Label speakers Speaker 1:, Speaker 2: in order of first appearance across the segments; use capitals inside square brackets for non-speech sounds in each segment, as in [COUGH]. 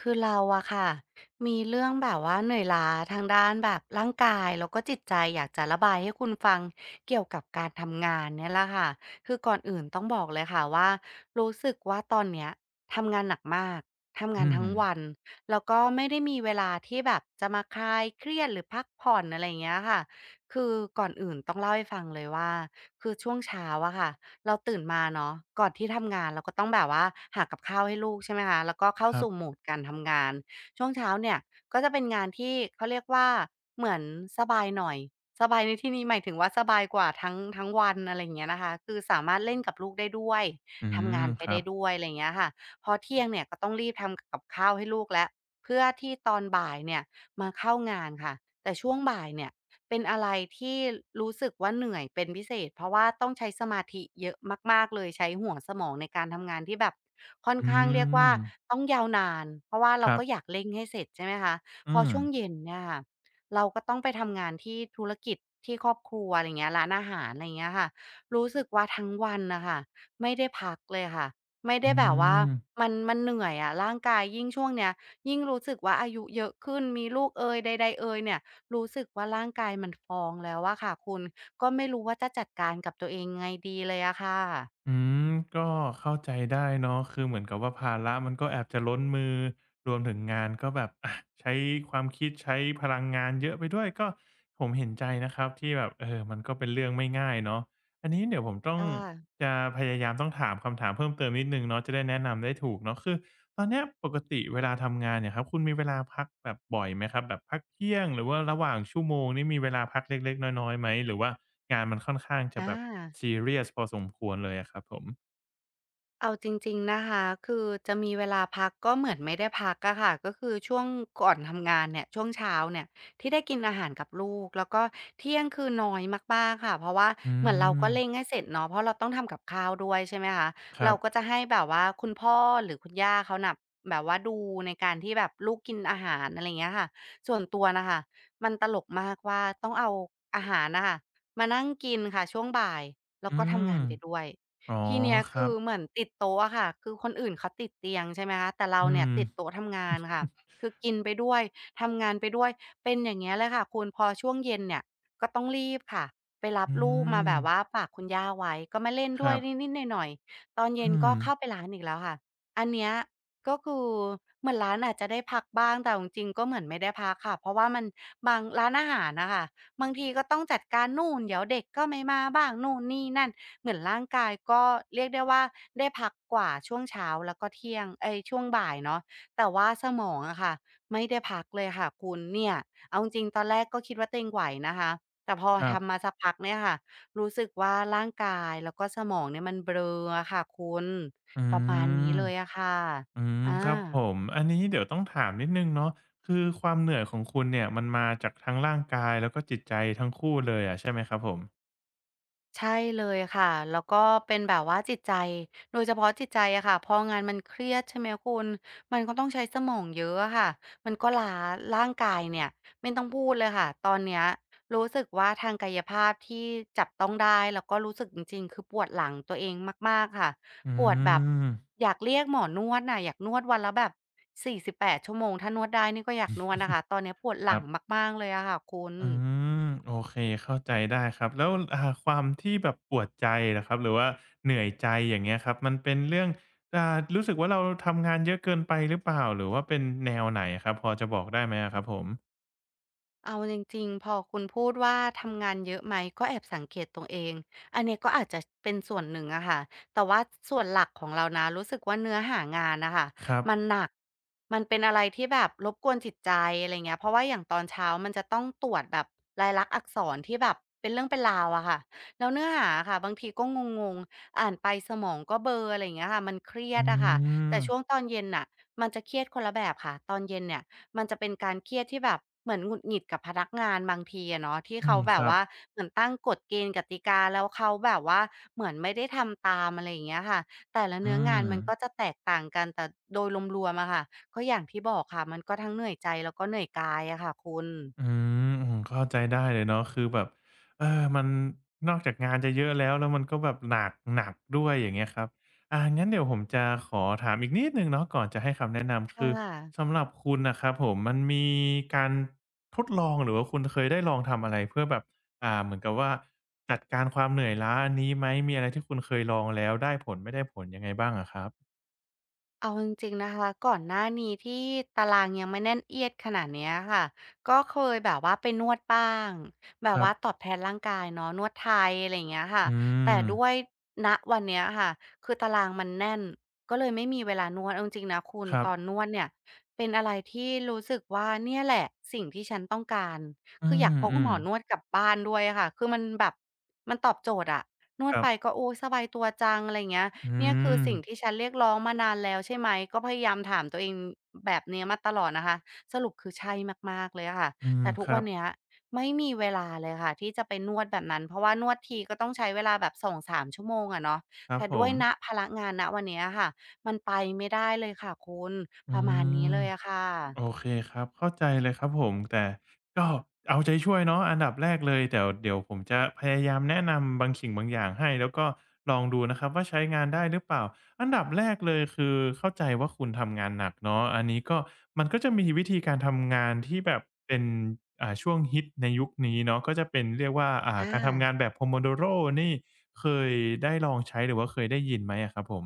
Speaker 1: คือเราอะค่ะมีเรื่องแบบว่าเหนื่อยล้าทางด้านแบบร่างกายแล้วก็จิตใจอยากจะระบายให้คุณฟังเกี่ยวกับการทำงานเนี่ยแหละค่ะคือก่อนอื่นต้องบอกเลยค่ะว่ารู้สึกว่าตอนเนี้ยทำงานหนักมากทำงาน
Speaker 2: อื
Speaker 1: ทั้
Speaker 2: ม
Speaker 1: งวันแล้วก็ไม่ได้มีเวลาที่แบบจะมาคลายเครียดหรือพักผ่อนอะไรอย่างเงี้ยค่ะคือก่อนอื่นต้องเล่าให้ฟังเลยว่าคือช่วงเช้าอะค่ะ เราตื่นมาเนาะก่อนที่ทำงานเราก็ต้องแบบว่าหากับข้าวให้ลูกใช่ไหมคะแล้วก็เข้า
Speaker 2: ครั
Speaker 1: สู่โหม
Speaker 2: บ
Speaker 1: ดการทำงานช่วงเช้าเนี่ยก็จะเป็นงานที่เขาเรียกว่าเหมือนสบายหน่อยสบายในที่นี้หมายถึงว่าสบายกว่าทั้งวันอะไรอย่างเงี้ยนะคะคือสามารถเล่นกับลูกได้ด้วย
Speaker 2: อื
Speaker 1: ทำงา
Speaker 2: ม
Speaker 1: นไป
Speaker 2: ครั
Speaker 1: ได้
Speaker 2: บ
Speaker 1: ด้วยอะไรอย่างเงี้ยค่ะพอเที่ยงเนี่ยก็ต้องรีบทำกับข้าวให้ลูกแล้วเพื่อที่ตอนบ่ายเนี่ยมาเข้างานค่ะแต่ช่วงบ่ายเนี่ย เป็นอะไรที่รู้สึกว่าเหนื่อยเป็นพิเศษเพราะว่าต้องใช้สมาธิเยอะมากๆเลยใช้หัวสมองในการทำงานที่แบบค่อน
Speaker 2: อื
Speaker 1: ข้างเรียกว่า
Speaker 2: ม
Speaker 1: ต้องยาวนานเพราะว่า
Speaker 2: ค
Speaker 1: เรา
Speaker 2: รับ
Speaker 1: ก็อยากเร่งให้เสร็จใช่ไหมคะ
Speaker 2: อื
Speaker 1: พอช่วง
Speaker 2: ม
Speaker 1: เย็นเนี่ยค่ะเราก็ต้องไปทำงานที่ธุรกิจที่ครอบครัวอะไรอย่างเงี้ยร้านอาหารอะไรอย่างเงี้ยค่ะรู้สึกว่าทั้งวันน่ะค่ะไม่ได้พักเลยค่ะไม่
Speaker 2: อื
Speaker 1: ได้แบบว่า
Speaker 2: ม
Speaker 1: มันเหนื่อยอะร่างกายยิ่งช่วงเนี้ยยิ่งรู้สึกว่าอายุเยอะขึ้นมีลูกเอยใดๆเอยเนี่ย รู้สึกว่าร่างกายมันฟ้องแล้วอะค่ะคุณก็ไม่รู้ว่าจะจัดการกับตัวเองไงดีเลยอะค่ะ
Speaker 2: อืมก็เข้าใจได้เนาะคือเหมือนกับว่าภาระมันก็แอบจะล้นมือรวมถึงงานก็แบบอะใช้ความคิดใช้พลังงานเยอะไปด้วยก็ผมเห็นใจนะครับที่แบบเออมันก็เป็นเรื่องไม่ง่ายเนาะ อันนี้เดี๋ยวผมต้อง
Speaker 1: ค่ะ
Speaker 2: จะพยายามต้องถามคำถามเพิ่มเติมนิดนึงเนาะจะได้แนะนำได้ถูกเนาะคือตอนเนี้ยปกติเวลาทำงานเนี่ยครับคุณมีเวลาพักแบบบ่อยไหมครับแบบพักเที่ยงหรือว่าระหว่างชั่วโมงนี่มีเวลาพักเล็กๆน้อยๆไหมหรือว่างานมันค่อนข้างจะ
Speaker 1: อา
Speaker 2: แบบซีเรียสพอสมควรเลยอะครับผม
Speaker 1: เอาจริงๆนะคะคือจะมีเวลาพักก็เหมือนไม่ได้พักอะค่ะก็คือช่วงก่อนทำงานเนี่ยช่วงเช้าเนี่ยที่ได้กินอาหารกับลูกแล้วก็เที่ยงคือน้อยมากๆค่ะเพราะว่า
Speaker 2: อื
Speaker 1: เหมือนเราก็เร่
Speaker 2: ม
Speaker 1: งให้เสร็จเนาะเพราะเราต้องทำกับข้าวด้วยใช่ไหมคะ
Speaker 2: ครั
Speaker 1: เรา
Speaker 2: บ
Speaker 1: ก็จะให้แบบว่าคุณพ่อหรือคุณย่าเขาน่ะแบบว่าดูในการที่แบบลูกกินอาหารอะไรอย่างเงี้ยค่ะส่วนตัวน่ะค่ะมันตลกมากว่าต้องเอาอาหารน่ะค่ะมานั่งกินค่ะช่วงบ่ายแล้ว
Speaker 2: อื
Speaker 1: ก็ทำ
Speaker 2: ม
Speaker 1: งานไปด้วย
Speaker 2: อ๋อ
Speaker 1: ทีเนี้ย
Speaker 2: ครั
Speaker 1: คือ
Speaker 2: บ
Speaker 1: เหมือนติดโต๊ะอะค่ะคือคนอื่นเขาติดเตียงใช่ไหมคะแต่เรา
Speaker 2: อื
Speaker 1: เนี่ย
Speaker 2: ม
Speaker 1: ติดโต๊ะทำงานค่ะคือกินไปด้วยทำงานไปด้วยเป็นอย่างเงี้ยเลยค่ะคุณพอช่วงเย็นเนี่ยก็ต้องรีบค่ะไปรับ
Speaker 2: อื
Speaker 1: ลูกมา
Speaker 2: ม
Speaker 1: แบบว่าฝากคุณย่าไว้ก็มาเล่น
Speaker 2: ค
Speaker 1: ด้วย
Speaker 2: รับ
Speaker 1: นิดๆหน่อยๆตอนเย็น
Speaker 2: อื
Speaker 1: ก็
Speaker 2: ม
Speaker 1: เข้าไปร้านอีกแล้วค่ะอันเนี้ยก็คือเหมือนร้านอาจจะได้พักบ้างแต่เอาจริงๆก็เหมือนไม่ได้พักค่ะเพราะว่ามันบางร้านอาหารน่ะค่ะบางทีก็ต้องจัดการนู่นเดี๋ยวเด็กก็ไม่มาบ้างนู่นนี่นั่น เหมือนร่างกายก็เรียกได้ว่าได้พักกว่าช่วงเช้าแล้วก็เที่ยงเอยช่วงบ่ายเนาะแต่ว่าสมองอะค่ะไม่ได้พักเลยค่ะคุณเนี่ยเอาจริงๆตอนแรกก็คิดว่าตัวเองไหวนะคะแต่พอ
Speaker 2: ครั
Speaker 1: ทำมา
Speaker 2: บ
Speaker 1: สักพักเนี่ยค่ะรู้สึกว่าร่างกายแล้วก็สมองเนี่ยมันเบลออะค่ะคุณ
Speaker 2: อื
Speaker 1: ประมาณนี้
Speaker 2: ม
Speaker 1: เลยอะค่ะ
Speaker 2: อืม
Speaker 1: อ
Speaker 2: ครับผ
Speaker 1: า
Speaker 2: มอันนี้เดี๋ยวต้องถามนิดนึงเนาะคือความเหนื่อยของคุณเนี่ยมันมาจากทั้งร่างกายแล้วก็จิตใจทั้งคู่เลยอะใช่ไหมครับผม
Speaker 1: ใช่เลยค่ะแล้วก็เป็นแบบว่าจิตใจโดยเฉพาะจิตใจอะค่ะพองานมันเครียดใช่ไหมคุณมันก็ต้องใช้สมองเยอะอะค่ะมันก็ล้าร่างกายเนี่ยไม่ต้องพูดเลยค่ะตอนเนี้ยรู้สึกว่าทางกายภาพที่จับต้องได้แล้วก็รู้สึกจริงๆคือปวดหลังตัวเองมากๆค่ะ
Speaker 2: อื
Speaker 1: ปวดแบบ
Speaker 2: ม
Speaker 1: อยากเรียกหมอนวดน่ะอยากนวดวันละแบบ48ชั่วโมงถ้านวดได้นี่ก็อยากนวดนะคะตอนเนี้ยปวดห
Speaker 2: ค
Speaker 1: ลั
Speaker 2: รั
Speaker 1: ง
Speaker 2: บ
Speaker 1: มากๆเลยอะค่ะคุณ
Speaker 2: อืมโอเคเข้าใจได้ครับแล้วความที่แบบปวดใจเหครับหรือว่าเหนื่อยใจอย่างเงี้ยครับมันเป็นเรื่องอ่ารู้สึกว่าเราทำงานเยอะเกินไปหรือเปล่าหรือว่าเป็นแนวไหนอะครับพอจะบอกได้ไหมอะครับผม
Speaker 1: เอาจริงๆพอคุณพูดว่าทำงานเยอะไหมก็แอบสังเกตตัวเองอันเนี้ยก็อาจจะเป็นส่วนหนึ่งอะค่ะแต่ว่าส่วนหลักของเรานะรู้สึกว่าเนื้อหางานนะคะ
Speaker 2: ครับ
Speaker 1: มันหนักมันเป็นอะไรที่แบบรบกวนจิตใจอะไรเงี้ยเพราะว่าอย่างตอนเช้ามันจะต้องตรวจแบบลายลักษณ์อักษรที่แบบเป็นเรื่องเป็นราวอะค่ะแล้วเนื้อหาค่ะบางทีก็งงๆอ่านไปสมองก็เบลออะไรเงี้ยค่ะมันเครีย
Speaker 2: อื
Speaker 1: ดอะค่ะแต่
Speaker 2: ม
Speaker 1: ช่วงตอนเย็นน่ะมันจะเครียดคนละแบบค่ะตอนเย็นเนี่ย มันจะเป็นการเครียดที่แบบเหมือนหงุดหงิดกับพนักงานบางทีอะเนาะที่
Speaker 2: อื
Speaker 1: เขา
Speaker 2: ม
Speaker 1: แบ
Speaker 2: ค
Speaker 1: บ
Speaker 2: รับ
Speaker 1: ว่าเหมือนตั้งกฎเกณฑ์กติกาแล้วเขาแบบว่าเหมือนไม่ได้ทำตามอะไรอย่างเงี้ยค่ะแต่ละเนื้
Speaker 2: อื
Speaker 1: องาน
Speaker 2: ม
Speaker 1: มันก็จะแตกต่างกันแต่โดยรวมๆอะค่ะก็อย่างที่บอกค่ะมันก็ทั้งเหนื่อยใจแล้วก็เหนื่อยกายอะค่ะคุณ
Speaker 2: อืมอืมเข้าใจได้เลยเนาะคือแบบเออมันนอกจากงานจะเยอะแล้วมันก็แบบหนักหนักด้วยอย่างเงี้ยครับงั้นเดี๋ยวผมจะขอถามอีกนิดหนึ่งเนาะก่อนจะให้คำแนะนำคื
Speaker 1: ค่ะ
Speaker 2: อสำหรับคุณน่ะครับผมมันมีการทดลองหรือว่าคุณเคยได้ลองทำอะไรเพื่อแบบเหมือนกับว่าจัดการความเหนื่อยล้าอันนี้ไหมมีอะไรที่คุณเคยลองแล้วได้ผลไม่ได้ผลยังไงบ้างอะครับ
Speaker 1: เอาจริงๆนะคะก่อนหน้านี้ที่ตารางยังไม่แน่นเอียดขนาดเนี้ยค่ะก็เคยแบบว่าไปนวดบ้างแบ
Speaker 2: ค
Speaker 1: บ
Speaker 2: รับ
Speaker 1: ว่าตอบแทนร่างกายเนาะนวดไทยอะไรอย่างเงี้ยค่ะ
Speaker 2: อื
Speaker 1: แต่
Speaker 2: ม
Speaker 1: ด้วยณวันเนี้ยค่ะคือตารางมันแน่นก็เลยไม่มีเวลานวดเอาจริงๆนะคุณ
Speaker 2: ครั
Speaker 1: ต
Speaker 2: บ
Speaker 1: อนนวดเนี่ยเป็นอะไรที่รู้สึกว่าเนี่ยแหละสิ่งที่ฉันต้องการ
Speaker 2: อื
Speaker 1: คืออยากพก
Speaker 2: ม
Speaker 1: หมอนวดกลับบ้านด้วยอะค่ะคือมันแบบมันตอบโจทย์อะนว
Speaker 2: ๆค
Speaker 1: ด
Speaker 2: รั
Speaker 1: ไป
Speaker 2: บ
Speaker 1: ก็โอ้สบายตัวจังอะไรอย่างเงี้ย
Speaker 2: อื
Speaker 1: เนี่ยคือ
Speaker 2: ม
Speaker 1: สิ่งที่ฉันเรียกร้องมานานแล้วใช่ไหมก็พยายามถามตัวเองแบบเนี้ยมาตลอดนะคะสรุปคือใช่มากๆเลยอะค่ะ
Speaker 2: อืม
Speaker 1: แต่ทุ
Speaker 2: ค
Speaker 1: ก
Speaker 2: รั
Speaker 1: วัน
Speaker 2: บ
Speaker 1: เนี้ยไม่มีเวลาเลยค่ะที่จะไปนวดแบบนั้นเพราะว่านวดทีก็ต้องใช้เวลาแบบสองสามชั่วโมงอะเนาะ
Speaker 2: ครับ
Speaker 1: แต่
Speaker 2: ผ
Speaker 1: ด้วย
Speaker 2: ม
Speaker 1: ณภาระงานณวันเนี้ยอะค่ะมันไปไม่ได้เลยค่ะคุณป
Speaker 2: อื
Speaker 1: ระมาณนี้
Speaker 2: ม
Speaker 1: เลยอะค่
Speaker 2: โอ
Speaker 1: ะ
Speaker 2: เคครับ เข้าใจเลยครับผม แต่ก็เอาใจช่วยเนาะอันดับแรกเลยเดี๋ยวผมจะพยายามแนะนำบางสิ่งบางอย่างให้แล้วก็ลองดูนะครับว่าใช้งานได้หรือเปล่าอันดับแรกเลยคือเข้าใจว่าคุณทำงานหนักเนาะอันนี้ก็มันก็จะมีวิธีการทำงานที่แบบเป็นช่วงฮิตในยุคนี้เนาะก็จะเป็นเรียกว่า
Speaker 1: อ
Speaker 2: การทำงาน
Speaker 1: า
Speaker 2: แบบ Pomodoro นี่เคยได้ลองใช้หรือว่าเคยได้ยินไหมอะครับผม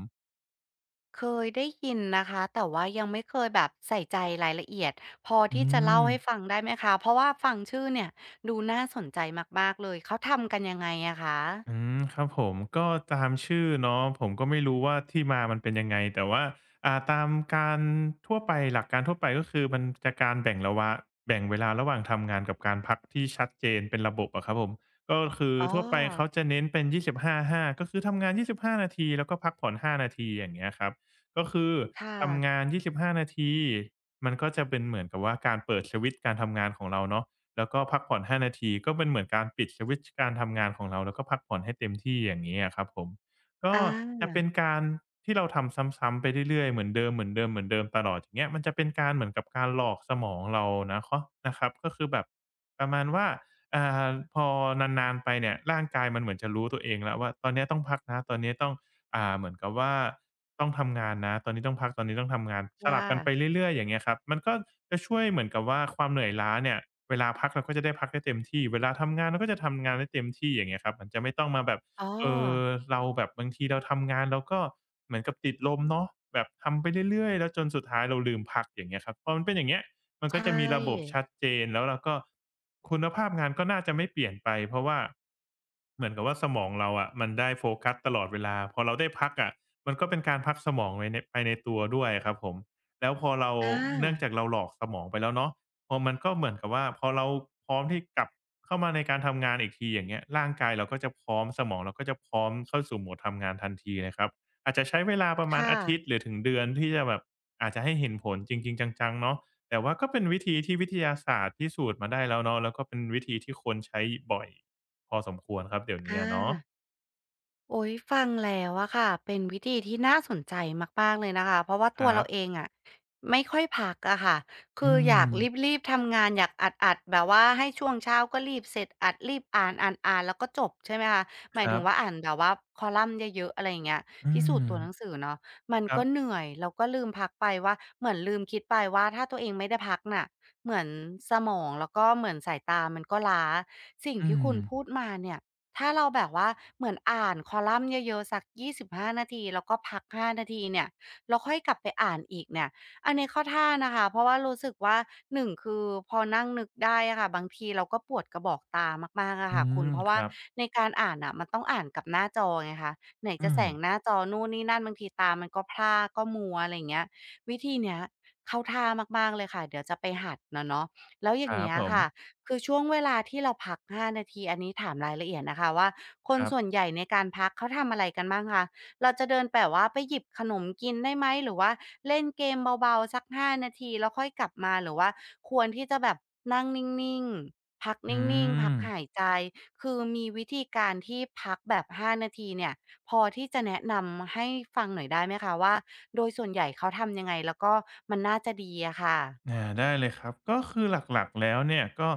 Speaker 1: เคยได้ยินนะคะแต่ว่ายังไม่เคยแบบใส่ใจรายละเอียดพอ
Speaker 2: อื
Speaker 1: ที่จะเล่า
Speaker 2: ม
Speaker 1: ให้ฟังได้ไหมคะเพราะว่าฟังชื่อเนี่ยดูน่าสนใจมากๆเลยเขาทำกันยังไงอะค
Speaker 2: อื
Speaker 1: ะ
Speaker 2: มครับผมก็ตามชื่อเนาะผมก็ไม่รู้ว่าที่มามันเป็นยังไงแต่ว่าตามการทั่วไปหลักการทั่วไปก็คือมันจะการแบ่งระวะแบ่งเวลาระหว่างทำงานกับการพักที่ชัดเจนเป็นระบบอะครับผมก็คือ
Speaker 1: อ๋
Speaker 2: ทั่วไปเขา
Speaker 1: อ
Speaker 2: จะเน้นเป็น2 5าห้าก็คือทำงาน25 นาทีแล้วก็พักผ่อน5นาทีอย่างเงี้ยครับก็คือ
Speaker 1: ค่ะ
Speaker 2: ทำงาน25นาทีมันก็จะเป็นเหมือนกับว่าการเปิดสวิตช์การทำงานของเราเนาะ แล้วก็พักผ่อน5นาที ก็เป็นเหมือนการปิดสวิตช์การทำงานของเราแล้วก็พักผ่อนให้เต็มที่อย่างงี้อะครับผมก็
Speaker 1: อ
Speaker 2: จะ
Speaker 1: า
Speaker 2: เป็นการที่เราทำซ้ำๆไปเรื่อยๆเหมือนเดิมๆๆตลอดอย่างเงี้ยมันจะเป็นการเหมือนกับการหลอกสมองเรานะเคาะนะครับก็คือแบบประมาณว่าอ่าพอนานๆไปเนี่ยร่างกายมันเหมือนจะรู้ตัวเองแล้วว่าตอนเนี้ยต้องพักนะตอนนี้ต้อง เหมือนกับว่าต้องทำงานนะตอนนี้ต้องพักตอนนี้ต้องทำงานส
Speaker 1: ค่ะ
Speaker 2: ลับกันไปเรื่อยๆอย่างเงี้ยครับมันก็จะช่วยเหมือนกับว่าความเหนื่อยล้าเนี่ยเวลาพักเราก็จะได้พักได้เต็มที่เวลาทำงานเราก็จะทำงานได้เต็มที่อย่างเงี้ยครับมันจะไม่ต้องมาแบบ
Speaker 1: อ๋อ
Speaker 2: เอ่อเราแบบบางทีเราทำงานเราก็เหมือนกับติดลมเนาะแบบทำไปเรื่อยๆแล้วจนสุดท้ายเราลืมพักอย่างเงี้ยครับพอมันเป็นอย่างเงี้ย มัน
Speaker 1: ใช
Speaker 2: ก็จะมีระบบ
Speaker 1: ่
Speaker 2: ชัดเจนแล้วเราก็คุณภาพงานก็น่าจะไม่เปลี่ยนไปเพราะว่าเหมือนกับว่าสมองเราอะมันได้โฟกัสตลอดเวลาพอเราได้พักอะมันก็เป็นการพักสมองไว้ในไปในตัวด้วยอะครับผมแล้วพอเรา
Speaker 1: อา
Speaker 2: เนื่องจากเราหลอกสมองไปแล้วเนาะพอมันก็เหมือนกับว่าพอเราพร้อมที่กลับเข้ามาในการทำงานอีกทีอย่างเงี้ยร่างกายเราก็จะพร้อมสมองเราก็จะพร้อมเข้าสู่โหมดทำงานทันทีเลยครับอาจจะใช้เวลาประมาณ
Speaker 1: ค่ะ
Speaker 2: อาทิตย์หรือถึงเดือนที่จะแบบอาจจะให้เห็นผลจริงๆจังๆเนาะ แต่ว่าก็เป็นวิธีที่วิทยาศาสตร์พิสูจน์มาได้แล้วเนาะแล้วก็เป็นวิธีที่คนใช้บ่อยพอสมควรครับเดี๋ยวนี้
Speaker 1: อา
Speaker 2: อะเนาะ
Speaker 1: โอ้ยฟังแล้วอะค่ะเป็นวิธีที่น่าสนใจมากๆเลยนะคะเพราะว่า
Speaker 2: ค
Speaker 1: ตัว
Speaker 2: รั
Speaker 1: เรา
Speaker 2: บ
Speaker 1: เองอะไม่ค่อยพักอะค่ะ
Speaker 2: อื
Speaker 1: คืออยาก
Speaker 2: ม
Speaker 1: รีบๆทำงานอยากอัดๆแบบว่าให้ช่วงเช้าก็รีบเสร็จอัดรีบอ่านๆๆแล้วก็จบใช่ไหมคะห
Speaker 2: ค
Speaker 1: มาย
Speaker 2: รั
Speaker 1: ถึง
Speaker 2: บ
Speaker 1: ว่าอ่านแบบว่าคอลัมน์เยอะๆอะไรอย่างเงี้ย
Speaker 2: อื
Speaker 1: พิสู
Speaker 2: ม
Speaker 1: จน์ตัวหนังสือเนาะมัน
Speaker 2: ครั
Speaker 1: ก็
Speaker 2: บ
Speaker 1: เหนื่อยแล้วก็ลืมพักไปว่าเหมือนลืมคิดไปว่าถ้าตัวเองไม่ได้พักน่ะเหมือนสมองแล้วก็เหมือนสายตามันก็ล้าสิ่ง
Speaker 2: อื
Speaker 1: ที่คุ
Speaker 2: ม
Speaker 1: ณพูดมาเนี่ย ถ้าเราแบบว่าเหมือนอ่านคอลัมน์เยอะๆสัก25นาทีแล้วก็พัก5นาทีเนี่ยแล้วค่อยกลับไปอ่านอีกเนี่ยอันนี้เข้าท่านะคะเพราะว่ารู้สึกว่าหนึ่งคือพอนั่งนึกได้อะค่ะบางทีเราก็ปวดกระบอกตามากๆอะ
Speaker 2: อื
Speaker 1: ค่ะคุณ
Speaker 2: ม
Speaker 1: เพราะ
Speaker 2: ค
Speaker 1: ว่า
Speaker 2: รับ
Speaker 1: ในการอ่านน่ะมันต้องอ่านกับหน้าจอไงคะไหน
Speaker 2: อื
Speaker 1: จะแส
Speaker 2: ม
Speaker 1: งหน้าจอนู่นนี่นั่นบางทีตามันก็พร่าก็มัวอะไรอย่างเงี้ยวิธีเนี้ยเข้าท่ามากๆเลยค่ะเดี๋ยวจะไปหัดน่ะเนาะแล้วอ
Speaker 2: ค
Speaker 1: ย่าง
Speaker 2: รับ
Speaker 1: เงี้ย
Speaker 2: ผม
Speaker 1: ค่ะ คือช่วงเวลาที่เราพัก5นาทีอันนี้ถามรายละเอียดนะคะว่าค
Speaker 2: ค
Speaker 1: น
Speaker 2: รั
Speaker 1: ส่วน
Speaker 2: บ
Speaker 1: ใหญ่ในการพักเขาทำอะไรกันบ้างคะเราจะเดินแบบว่าไปหยิบขนมกินได้ไหมหรือว่าเล่นเกมเบาๆสัก5นาทีแล้วค่อยกลับมาหรือว่าควรที่จะแบบนั่งนิ่งๆพักนิ
Speaker 2: อื
Speaker 1: ่งๆพัก
Speaker 2: ม
Speaker 1: หายใจคือมีวิธีการที่พักแบบ5นาทีเนี่ยพอที่จะแนะนำให้ฟังหน่อยได้ไหมคะว่าโดยส่วนใหญ่เขาทำยังไงแล้วก็มันน่าจะดีอะค่ะ
Speaker 2: อาได้เลยครับก็คือหลักๆแล้วเนี่ยก็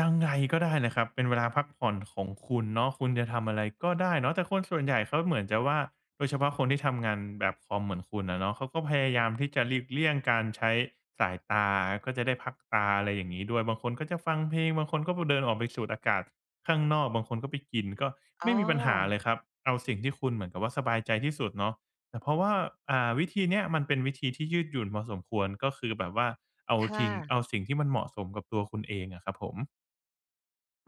Speaker 2: ยังไงก็ได้นะครับเป็นเวลาพักผ่อนของคุณเนาะคุณจะทำอะไรก็ได้เนาะแต่คนส่วนใหญ่เขาเหมือนจะว่าโดยเฉพาะคนที่ทำงานแบบคอมเหมือนคุณนะเนาะเขาก็พยายามที่จะหลีกเลี่ยงการใช้สายตาก็จะได้พักตาอะไรอย่างนี้ด้วยบางคนก็จะฟังเพลงบางคนก็เดินออกไปสูดอากาศข้างนอกบางคนก็ไปกินก็
Speaker 1: อ๋อ
Speaker 2: ไม่มีปัญหาเลยครับเอาสิ่งที่คุณเหมือนกับว่าสบายใจที่สุดเนาะ แต่เพราะว่าอ่าวิธีเนี้ยมันเป็นวิธีที่ยืดหยุ่นพอสมควรก็คือแบบว่าเอา
Speaker 1: ค่ะ
Speaker 2: ทิ้งเอาสิ่งที่มันเหมาะสมกับตัวคุณเองอะครับผม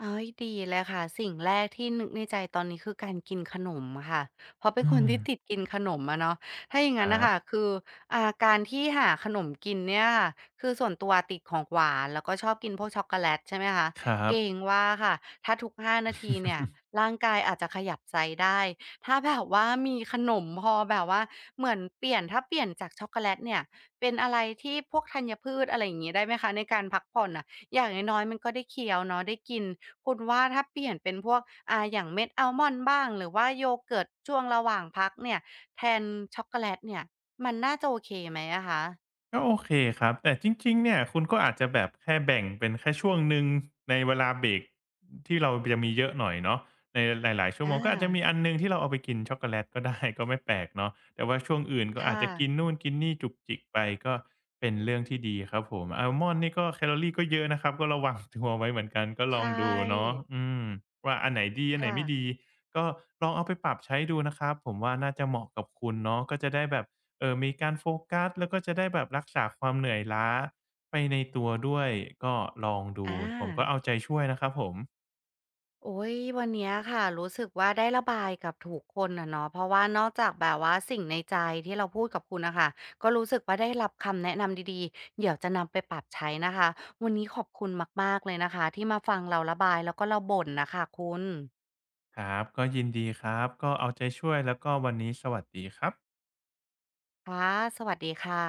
Speaker 1: เฮ้ยดีเลยค่ะ สิ่งแรกที่นึกในใจตอนนี้คือการกินขนมอะค่ะเพราะเป็น
Speaker 2: อื
Speaker 1: คน
Speaker 2: ม
Speaker 1: ที่ติดกินขนมอะเนาะถ้าอย่าง
Speaker 2: ค
Speaker 1: งั้
Speaker 2: รั
Speaker 1: นน่ะค่ะ
Speaker 2: บ
Speaker 1: คือการที่หาขนมกินเนี่ยค่ะคือส่วนตัวติดของหวานแล้วก็ชอบกินพวกช็อกโกแลตใช่ไหมคะ
Speaker 2: ครั
Speaker 1: เก
Speaker 2: บ
Speaker 1: รงว่าค่ะ ถ้าทุก5 นาทีเนี่ยร่างกายอาจจะขยับไซซ์ได้ ถ้าแบบว่ามีขนมพอแบบว่าเหมือนเปลี่ยน ถ้าเปลี่ยนจากช็อกโกแลตเนี่ยเป็นอะไรที่พวกธัญพืชอะไรอย่างงี้ได้ไหมคะในการพักผ่อนน่ะอย่างน้อยๆมันก็ได้เคี้ยวเนาะได้กิน คุณว่าถ้าเปลี่ยนเป็นพวกอย่างเม็ดอัลมอนด์บ้างหรือว่าโยเกิร์ตช่วงระหว่างพักเนี่ยแทนช็อกโกแลตเนี่ยมันน่าจะโอเคไหมอะคะ
Speaker 2: ก็โอเคครับแต่จริงๆเนี่ยคุณก็อาจจะแบบแค่แบ่งเป็นแค่ช่วงหนึ่งในเวลาเบรกที่เราจะมีเยอะหน่อยเนาะในหลายๆชั่วโม
Speaker 1: อา
Speaker 2: งก็อาจจะมีอันหนึ่งที่เราเอาไปกินช็อกโกแลตก็ [LAUGHS] ได้ก็ไม่แปลกเนาะแต่ว่าช่วงอื่นก็อาจ
Speaker 1: ค่ะ
Speaker 2: จะกินนู่นกินนี่จุกจิกไปก็เป็นเรื่องที่ดีครับผมอัลมอนด์นี่ก็แคลอรีก็เยอะนะครับก็ระวัง [LAUGHS] ตัวไว้เหมือนกันก็ลอ
Speaker 1: ใช่
Speaker 2: งดูเนาะอืมว่าอันไหนดีอันไหน
Speaker 1: ค่ะ
Speaker 2: ไม่ดีก็ลองเอาไปปรับใช้ดูนะครับผมว่าน่าจะเหมาะกับคุณเนาะก็จะได้แบบ มีการโฟกัสแล้วก็จะได้แบบรักษาความเหนื่อยล้าไปในตัวด้วยก็ลองดู
Speaker 1: อา
Speaker 2: ผมก็เอาใจช่วยนะครับผม
Speaker 1: โอ๊ยวันเนี้ยค่ะรู้สึกว่าได้ระบายกับถูกคนอะเนาะเพราะว่านอกจากแบบว่าสิ่งในใจที่เราพูดกับคุณน่ะค่ะก็รู้สึกว่าได้รับคำแนะนำดีๆเดี๋ยวจะนำไปปรับใช้นะคะวันนี้ขอบคุณมากๆเลยนะคะที่มาฟังเราระบายแล้วก็เราบ่นน่ะค่ะคุณ
Speaker 2: ครับก็ยินดีครับก็เอาใจช่วยแล้วก็วันนี้สวัสดีครับ
Speaker 1: ค่ะสวัสดีค่ะ